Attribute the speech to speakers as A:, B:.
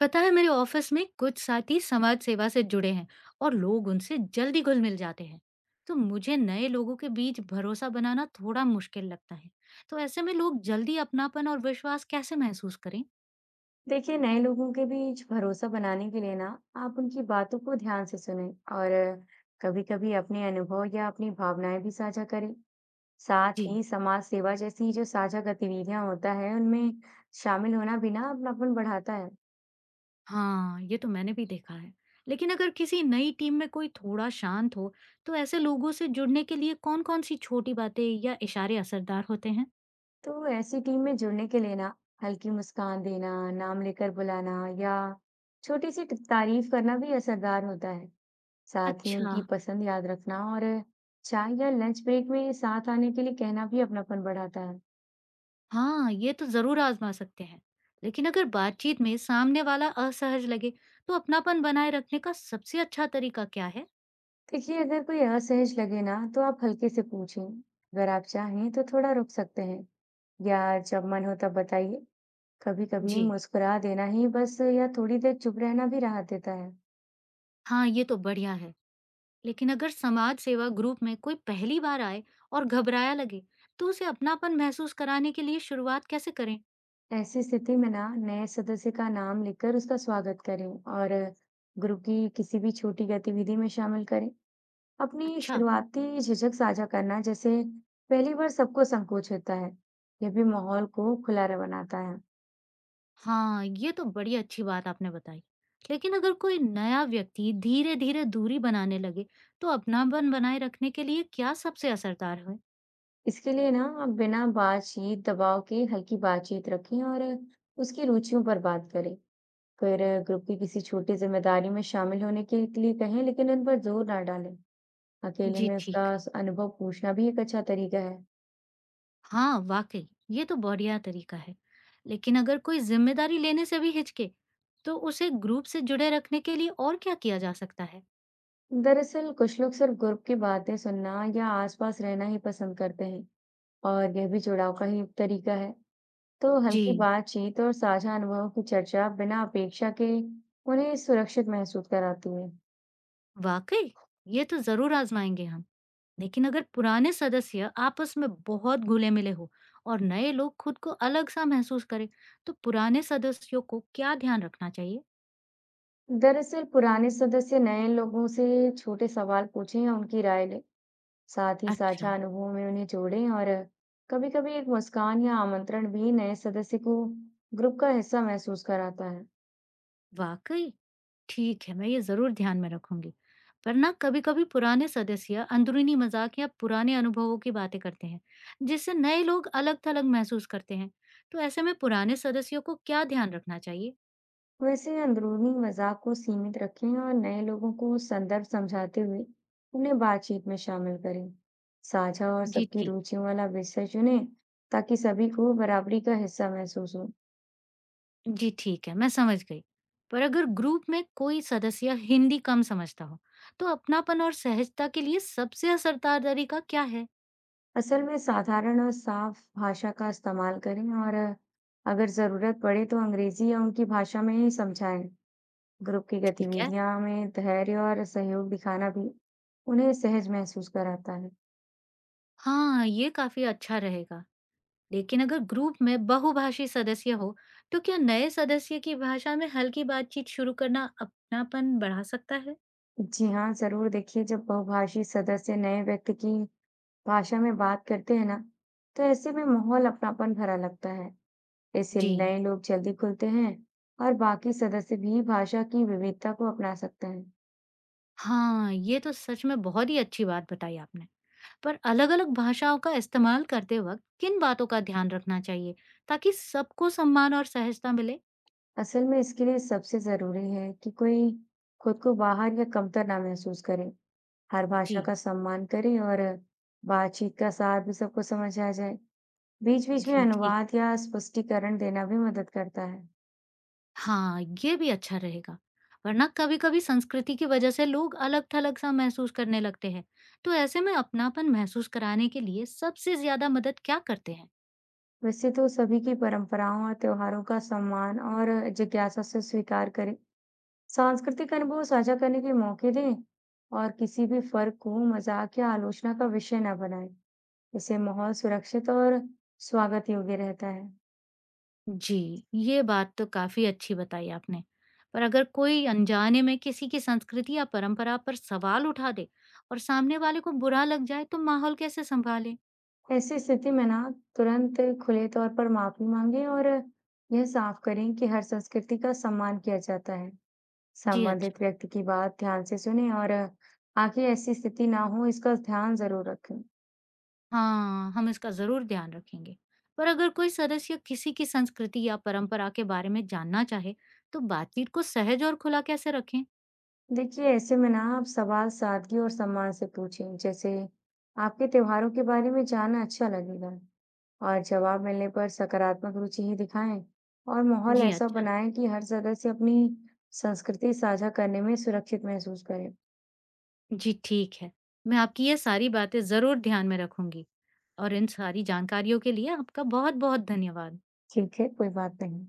A: पता है मेरे ऑफिस में कुछ साथी समाज सेवा से जुड़े हैं। और लोग उनसे जल्दी घुल मिल जाते हैं। तो मुझे नए लोगों के बीच भरोसा बनाना थोड़ा मुश्किल लगता है। तो ऐसे में लोग जल्दी अपनापन और विश्वास कैसे महसूस करें?
B: देखिए नए लोगों के बीच भरोसा बनाने के लिए ना आप उनकी बातों को ध्यान से सुनें और कभी कभी अपने अनुभव या अपनी भावनाएं भी साझा करें। साथ
A: जी।
B: ही समाज सेवा जैसी जो साझा गतिविधियां होता है उनमें शामिल होना भी ना अपनापन बढ़ाता है।
A: हाँ, ये तो मैंने भी देखा है। लेकिन अगर किसी नई टीम में कोई थोड़ा शांत हो, तो ऐसे लोगों से जुड़ने के लिए कौन कौन सी छोटी बातें या इशारे असरदार होते हैं?
B: तो ऐसी टीम में जुड़ने के लिए ना हल्की मुस्कान देना, नाम लेकर बुलाना या छोटी सी तारीफ करना भी असरदार होता है। साथ ही
A: अच्छा।
B: उनकी पसंद याद रखना और चाय या लंच ब्रेक में साथ आने के लिए कहना भी अपनापन बढ़ाता है।
A: हाँ, ये तो ज़रूर आज़मा सकते हैं। लेकिन अगर बातचीत में सामने वाला असहज लगे, तो अपनापन बनाए रखने का सबसे अच्छा तरीका क्या है?
B: देखिए अगर कोई असहज लगे ना तो आप हल्के से पूछें, अगर आप चाहें तो थोड़ा रुक सकते हैं या जब मन हो तब बताइए। कभी कभी
A: जी।
B: मुस्कुरा देना ही बस या थोड़ी देर चुप रहना भी राहत देता है।
A: हाँ, ये तो बढ़िया है। लेकिन अगर समाज सेवा ग्रुप में कोई पहली बार आए और घबराया लगे, तो उसे अपनापन महसूस कराने के लिए शुरुआत कैसे करें?
B: ऐसी स्थिति में ना नए सदस्य का नाम लिखकर उसका स्वागत करें और ग्रुप की किसी भी छोटी गतिविधि में शामिल करें। अपनी
A: अच्छा।
B: शुरुआती झिझक साझा करना, जैसे पहली बार सबको संकोच होता है, यह भी माहौल को खुला बनाता है।
A: हाँ, ये तो बड़ी अच्छी बात आपने बताई। लेकिन अगर कोई नया व्यक्ति धीरे-धीरे दूरी बनाने लगे, तो अपनापन बनाए रखने के लिए क्या सबसे असरदार है?
B: इसके लिए ना आप बिना बातचीत दबाव के हल्की बातचीत रखें और उसकी रुचियों पर बात करें। फिर ग्रुप की किसी छोटी जिम्मेदारी में शामिल होने के लिए कहें, लेकिन उन पर जोर ना डालें। अकेले
A: जी
B: में
A: ठीक।
B: उसका अनुभव पूछना भी एक अच्छा तरीका है।
A: हाँ, वाक़ई, ये तो बढ़िया तरीका है। लेकिन अगर कोई ज़िम्मेदारी लेने से भी हिचके, तो उसे ग्रुप से जुड़े रखने के लिए और क्या किया जा सकता है?
B: दरअसल कुछ लोग सिर्फ ग्रुप की बातें सुनना या आसपास रहना ही पसंद करते हैं और यह भी जुड़ाव का ही एक तरीका है। तो हल्की
A: जी,
B: बातचीत और साझा अनुभवों की चर्चा बिना अपेक्षा के उन्हें सुरक्षित महसूस कराती है।
A: वाक़ई, ये तो ज़रूर आज़माएँगे हम। लेकिन अगर पुराने सदस्य आपस में बहुत घुले-मिले हों और नए लोग खुद को अलग-सा महसूस करें, तो पुराने सदस्यों को क्या ध्यान रखना चाहिए?
B: दरअसल पुराने सदस्य नए लोगों से छोटे सवाल पूछें या उनकी राय लें। साथ ही
A: अच्छा,
B: साझा अनुभवों में उन्हें जोड़ें और कभी-कभी एक मुस्कान या आमंत्रण भी नए सदस्य को ग्रुप का हिस्सा महसूस कराता है।
A: वाक़ई। ठीक है, मैं ये ज़रूर ध्यान में रखूँगी। पर ना कभी-कभी पुराने सदस्य अंदरूनी मज़ाक या पुराने अनुभवों की बातें करते हैं, जिससे नए लोग अलग-थलग महसूस करते हैं। तो ऐसे में पुराने सदस्यों को क्या ध्यान रखना चाहिए?
B: वैसे अंदरूनी मजाक को सीमित रखें और नए लोगों को संदर्भ समझाते हुए उन्हें बातचीत में शामिल करें। साझा और
A: जी,
B: सबकी
A: ठीक।
B: रुचियों वाला विषय चुनें ताकि सभी को बराबरी का हिस्सा महसूस हो।
A: जी, ठीक है, मैं समझ गई। पर अगर ग्रुप में कोई सदस्य हिंदी कम समझता हो, तो अपनापन और सहजता के लिए सबसे असरदार तरीका क्या है?
B: असल में साधारण और साफ भाषा का इस्तेमाल करें और अगर ज़रूरत पड़े तो अंग्रेजी या उनकी भाषा में ही समझाएं। ग्रुप की
A: ठीक है।
B: गतिविधियां में धैर्य और सहयोग दिखाना भी उन्हें सहज महसूस कराता है।
A: हाँ, ये काफ़ी अच्छा रहेगा। लेकिन अगर ग्रुप में बहुभाषी सदस्य हो, तो क्या नए सदस्य की भाषा में हल्की बातचीत शुरू करना अपनापन बढ़ा सकता है?
B: जी हाँ, ज़रूर। देखिए जब बहुभाषी सदस्य नए व्यक्ति की भाषा में बात करते हैं ना, तो ऐसे में माहौल अपनापन भरा लगता है। इससे
A: जी।
B: नए लोग जल्दी खुलते हैं और बाकी सदस्य भी भाषा की विविधता को अपना सकते हैं।
A: हाँ, ये तो सच में बहुत ही अच्छी बात बताई आपने। पर अलग-अलग भाषाओं का इस्तेमाल करते वक्त किन बातों का ध्यान रखना चाहिए, ताकि सबको सम्मान और सहजता मिले?
B: असल में इसके लिए सबसे जरूरी है कि कोई खुद को बाहर या कमतर ना महसूस करे। हर
A: जी,
B: भाषा का सम्मान करे और बातचीत का सार भी सबको समझ आ जाए। बीच बीच में
A: जी, ठीक।
B: अनुवाद या स्पष्टीकरण देना भी मदद करता है।
A: हाँ, ये भी अच्छा रहेगा। वरना कभी-कभी संस्कृति की वजह से लोग अलग-थलग सा महसूस करने लगते हैं। तो ऐसे में अपनापन महसूस कराने के लिए सबसे ज़्यादा मदद क्या करते हैं?
B: वैसे तो सभी की परंपराओं और त्योहारों का सम्मान और जिज्ञासा से स्वीकार करें। सांस्कृतिक अनुभव साझा करने के मौके दें और किसी भी फर्क को मजाक या आलोचना का विषय ना बनाएं। इससे माहौल सुरक्षित और स्वागत योग्य रहता है।
A: जी, ये बात तो काफ़ी अच्छी बताई आपने। पर अगर कोई अनजाने में किसी की संस्कृति या परंपरा पर सवाल उठा दे और सामने वाले को बुरा लग जाए, तो माहौल कैसे सँभालें?
B: ऐसी स्थिति में ना तुरंत खुले तौर पर माफी मांगे और यह साफ करें कि हर संस्कृति का सम्मान किया जाता है।
A: जी,
B: संबंधित
A: अच्छा।
B: व्यक्ति की बात ध्यान से सुने और आगे ऐसी स्थिति ना हो इसका ध्यान जरूर रखें।
A: हाँ, हम इसका ज़रूर ध्यान रखेंगे। पर अगर कोई सदस्य किसी की संस्कृति या परंपरा के बारे में जानना चाहे, तो बातचीत को सहज और खुला कैसे रखें?
B: देखिए ऐसे में ना आप सवाल सादगी और सम्मान से पूछें, जैसे आपके त्योहारों के बारे में जानना अच्छा लगेगा। और जवाब मिलने पर सकारात्मक रुचि ही दिखाएं और माहौल
A: जी
B: ऐसा
A: अच्छा।
B: बनाएं कि हर सदस्य अपनी संस्कृति साझा करने में सुरक्षित महसूस करे।
A: जी ठीक है। मैं आपकी ये सारी बातें ज़रूर ध्यान में रखूंगी। और इन सारी जानकारियों के लिए आपका बहुत-बहुत धन्यवाद।
B: ठीक है, कोई बात नहीं।